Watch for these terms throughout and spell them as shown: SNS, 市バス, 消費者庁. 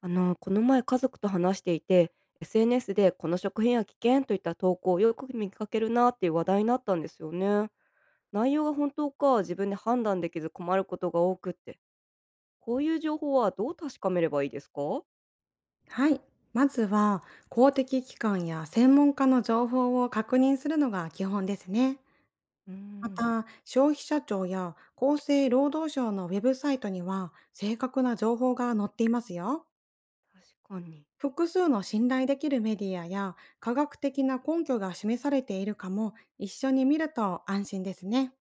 この前家族と話していて、SNS でこの食品は危険といった投稿をよく見かけるなっていう話題になったんですよね。内容が本当か自分で判断できず困ることが多くって、こういう情報はどう確かめればいいですか？はい。まずは、公的機関や専門家の情報を確認するのが基本ですね。うーまん、た、消費者庁や厚生労働省のウェブサイトには、正確な情報が載っていますよ。確かに。複数の信頼できるメディアや科学的な根拠が示されているかも一緒に見ると安心ですね。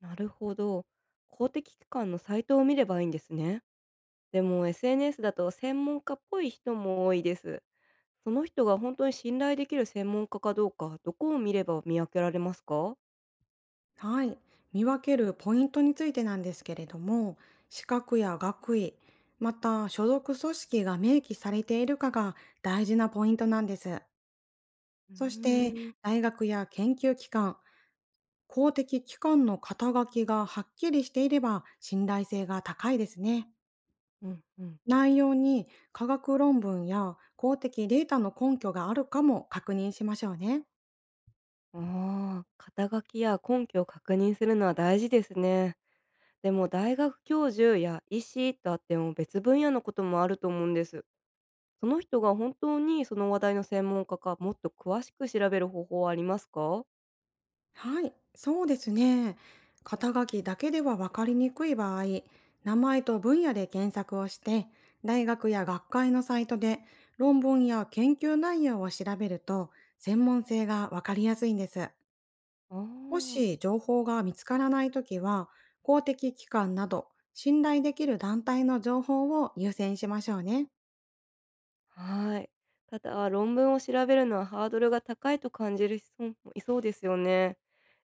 なるほど。公的機関のサイトを見ればいいんですね。でも SNS だと専門家っぽい人も多いです。その人が本当に信頼できる専門家かどうか、どこを見れば見分けられますか？はい。見分けるポイントについてなんですけれども、資格や学位、また所属組織が明記されているかが大事なポイントなんです。うーそして、ん、大学や研究機関、公的機関の肩書きがはっきりしていれば信頼性が高いですね。うんうん。内容に科学論文や公的データの根拠があるかも確認しましょうね。ああ、肩書きや根拠を確認するのは大事ですね。でも大学教授や医師とあっても別分野のこともあると思うんです。その人が本当にその話題の専門家かもっと詳しく調べる方法はありますか？はい、そうですね。肩書きだけでは分かりにくい場合、名前と分野で検索をして、大学や学会のサイトで論文や研究内容を調べると、専門性が分かりやすいんです。あもし情報が見つからないときは、公的機関など信頼できる団体の情報を優先しましょうね。あ、はい。ただ論文を調べるのはハードルが高いと感じる人もいそうですよね。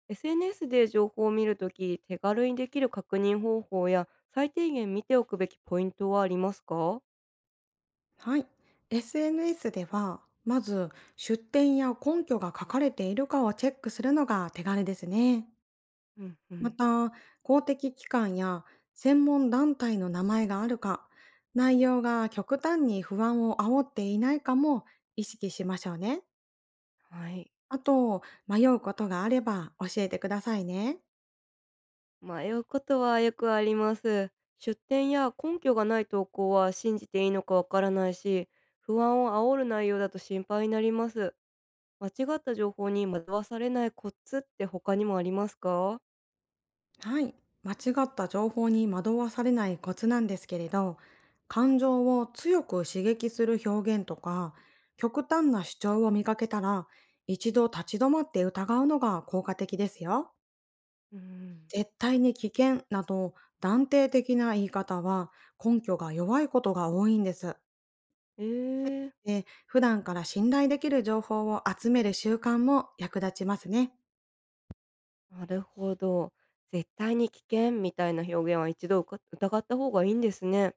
SNS で情報を見るとき、手軽にできる確認方法や最低限見ておくべきポイントはありますか？はい。SNS では、まず出典や根拠が書かれているかをチェックするのが手軽ですね。うんうまん。た、公的機関や専門団体の名前があるか、内容が極端に不安を煽っていないかも意識しましょうね。はい。あと、迷うことがあれば教えてくださいね。迷うことはよくあります。出典や根拠がない投稿は信じていいのかわからないし、不安を煽る内容だと心配になります。間違った情報に惑わされないコツって他にもありますか？はい。間違った情報に惑わされないコツなんですけれど、感情を強く刺激する表現とか、極端な主張を見かけたら、一度立ち止まって疑うのが効果的ですよ。うん。絶対に危険など断定的な言い方は根拠が弱いことが多いんです。えー、で、普段から信頼できる情報を集める習慣も役立ちますね。なるほど。絶対に危険みたいな表現は一度疑った方がいいんですね。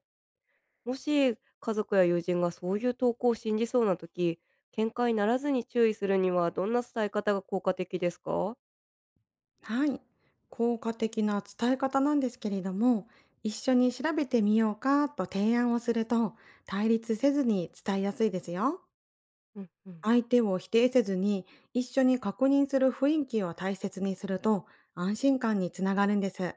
もし家族や友人がそういう投稿を信じそうな時、喧嘩にならずに注意するにはどんな伝え方が効果的ですか？はい。効果的な伝え方なんですけれども、一緒に調べてみようかと提案をすると対立せずに伝えやすいですよ。うんうん、相手を否定せずに一緒に確認する雰囲気を大切にすると安心感につながるんです。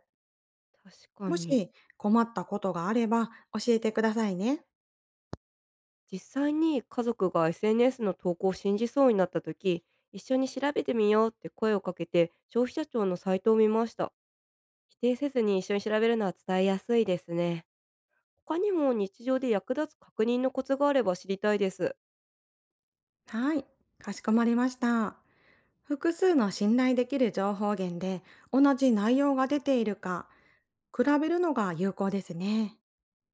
確かもに。し困ったことがあれば教えてくださいね。実際に家族が SNS の投稿を信じそうになった時、一緒に調べてみようって声をかけて消費者庁のサイトを見ました。否定せずに一緒に調べるのは伝えやすいですね。他にも日常で役立つ確認のコツがあれば知りたいです。はい、かしこまりました。複数の信頼できる情報源で同じ内容が出ているか、比べるのが有効ですね。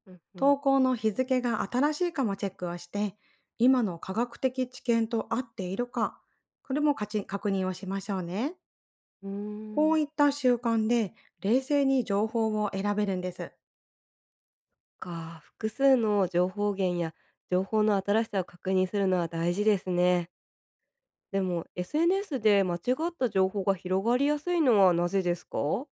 うんうん。投稿の日付が新しいかもチェックをして、今の科学的知見と合っているか、これもかち確認をしましょうね。うーこうん。いった習慣で冷静に情報を選べるんです。複数の情報源や情報の新しさを確認するのは大事ですね。でも SNS で間違った情報が広がりやすいのはなぜですか？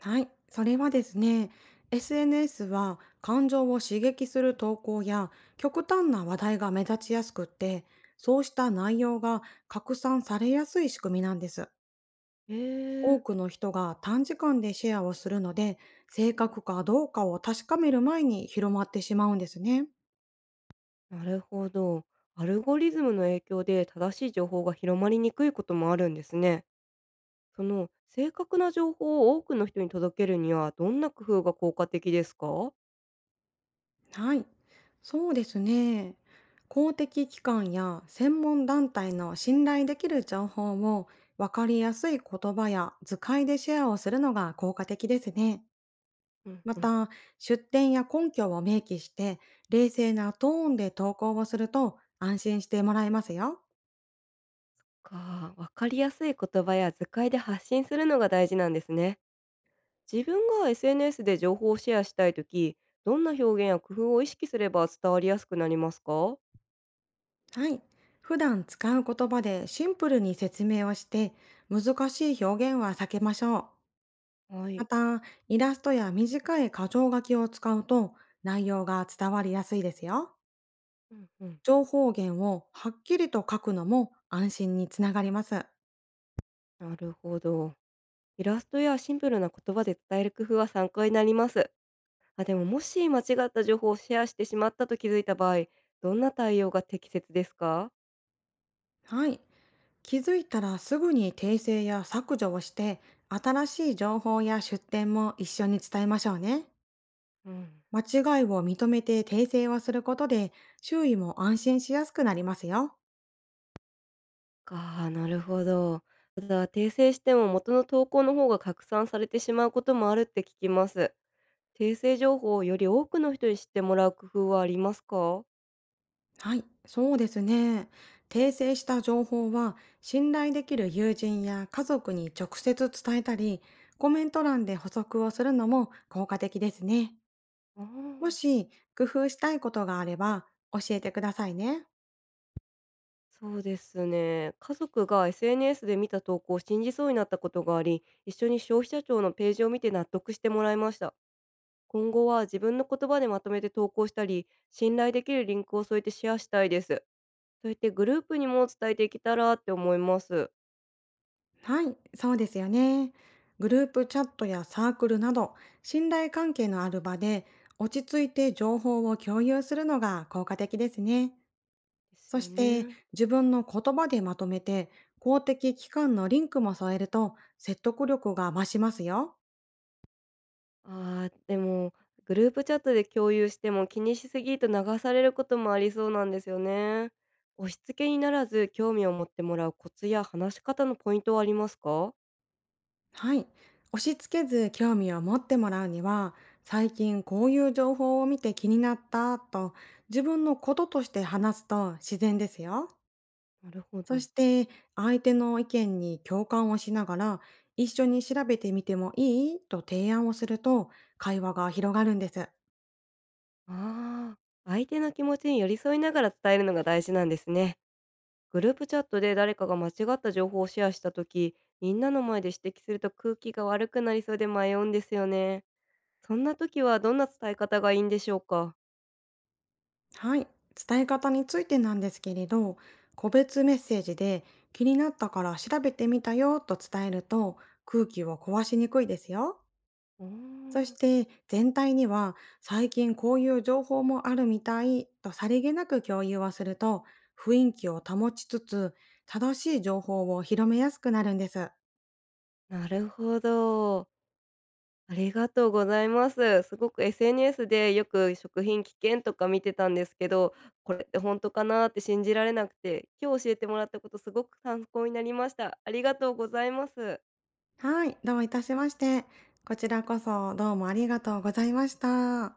はい、それはですね、SNS は感情を刺激する投稿や極端な話題が目立ちやすくって、そうした内容が拡散されやすい仕組みなんです。えー、多くの人が短時間でシェアをするので、正確かどうかを確かめる前に広まってしまうんですね。なるほど。アルゴリズムの影響で正しい情報が広まりにくいこともあるんですね。その正確な情報を多くの人に届けるにはどんな工夫が効果的ですか？はい、そうですね。公的機関や専門団体の信頼できる情報を分かりやすい言葉や図解でシェアをするのが効果的ですね。うんまうん。た、出典や根拠を明記して、冷静なトーンで投稿をすると安心してもらえますよ。わかりやすい言葉や図解で発信するのが大事なんですね。自分が SNS で情報をシェアしたいとき、どんな表現や工夫を意識すれば伝わりやすくなりますか？はい。普段使う言葉でシンプルに説明をして、難しい表現は避けましょう。はまい。た、イラストや短い箇条書きを使うと内容が伝わりやすいですよ。うんうん。情報源をはっきりと書くのも安心につながります。なるほど。イラストやシンプルな言葉で伝える工夫は参考になります。あ、でももし間違った情報をシェアしてしまったと気づいた場合、どんな対応が適切ですか？はい。気づいたらすぐに訂正や削除をして、新しい情報や出典も一緒に伝えましょうね。うん。間違いを認めて訂正をすることで、周囲も安心しやすくなりますよ。なるほど。ただ、訂正しても元の投稿の方が拡散されてしまうこともあるって聞きます。訂正情報をより多くの人に知ってもらう工夫はありますか？はい、そうですね。訂正した情報は、信頼できる友人や家族に直接伝えたり、コメント欄で補足をするのも効果的ですね。うもん、し、工夫したいことがあれば、教えてくださいね。そうですね。家族が SNS で見た投稿を信じそうになったことがあり、一緒に消費者庁のページを見て納得してもらいました。今後は自分の言葉でまとめて投稿したり、信頼できるリンクを添えてシェアしたいです。そうやってグループにも伝えていけたらって思います。はい、そうですよね。グループチャットやサークルなど、信頼関係のある場で、落ち着いて情報を共有するのが効果的ですね。ですそよしてね。自分の言葉でまとめて公的機関のリンクも添えると説得力が増しますよ。ああ、でも、グループチャットで共有しても気にしすぎると流されることもありそうなんですよね。押し付けにならず興味を持ってもらうコツや話し方のポイントはありますか？はい。押し付けず興味を持ってもらうには最近こういう情報を見て気になったと自分のこととして話すと自然ですよ。なるほそど。して相手の意見に共感をしながら一緒に調べてみてもいいと提案をすると会話が広がるんです。ああ、相手の気持ちに寄り添いながら伝えるのが大事なんですね。グループチャットで誰かが間違った情報をシェアした時、みんなの前で指摘すると空気が悪くなりそうで迷うんですよね。そんな時はどんな伝え方がいいんでしょうか？はい、伝え方についてなんですけれど、個別メッセージで気になったから調べてみたよと伝えると空気を壊しにくいですよ。うーそしん、て全体には最近こういう情報もあるみたいとさりげなく共有をすると雰囲気を保ちつつ正しい情報を広めやすくなるんです。なるほど。ありがとうございます。すごく SNS でよく食品危険とか見てたんですけど、これって本当かなって信じられなくて、今日教えてもらったことすごく参考になりました。ありがとうございます。はい、どういたしまして。こちらこそどうもありがとうございました。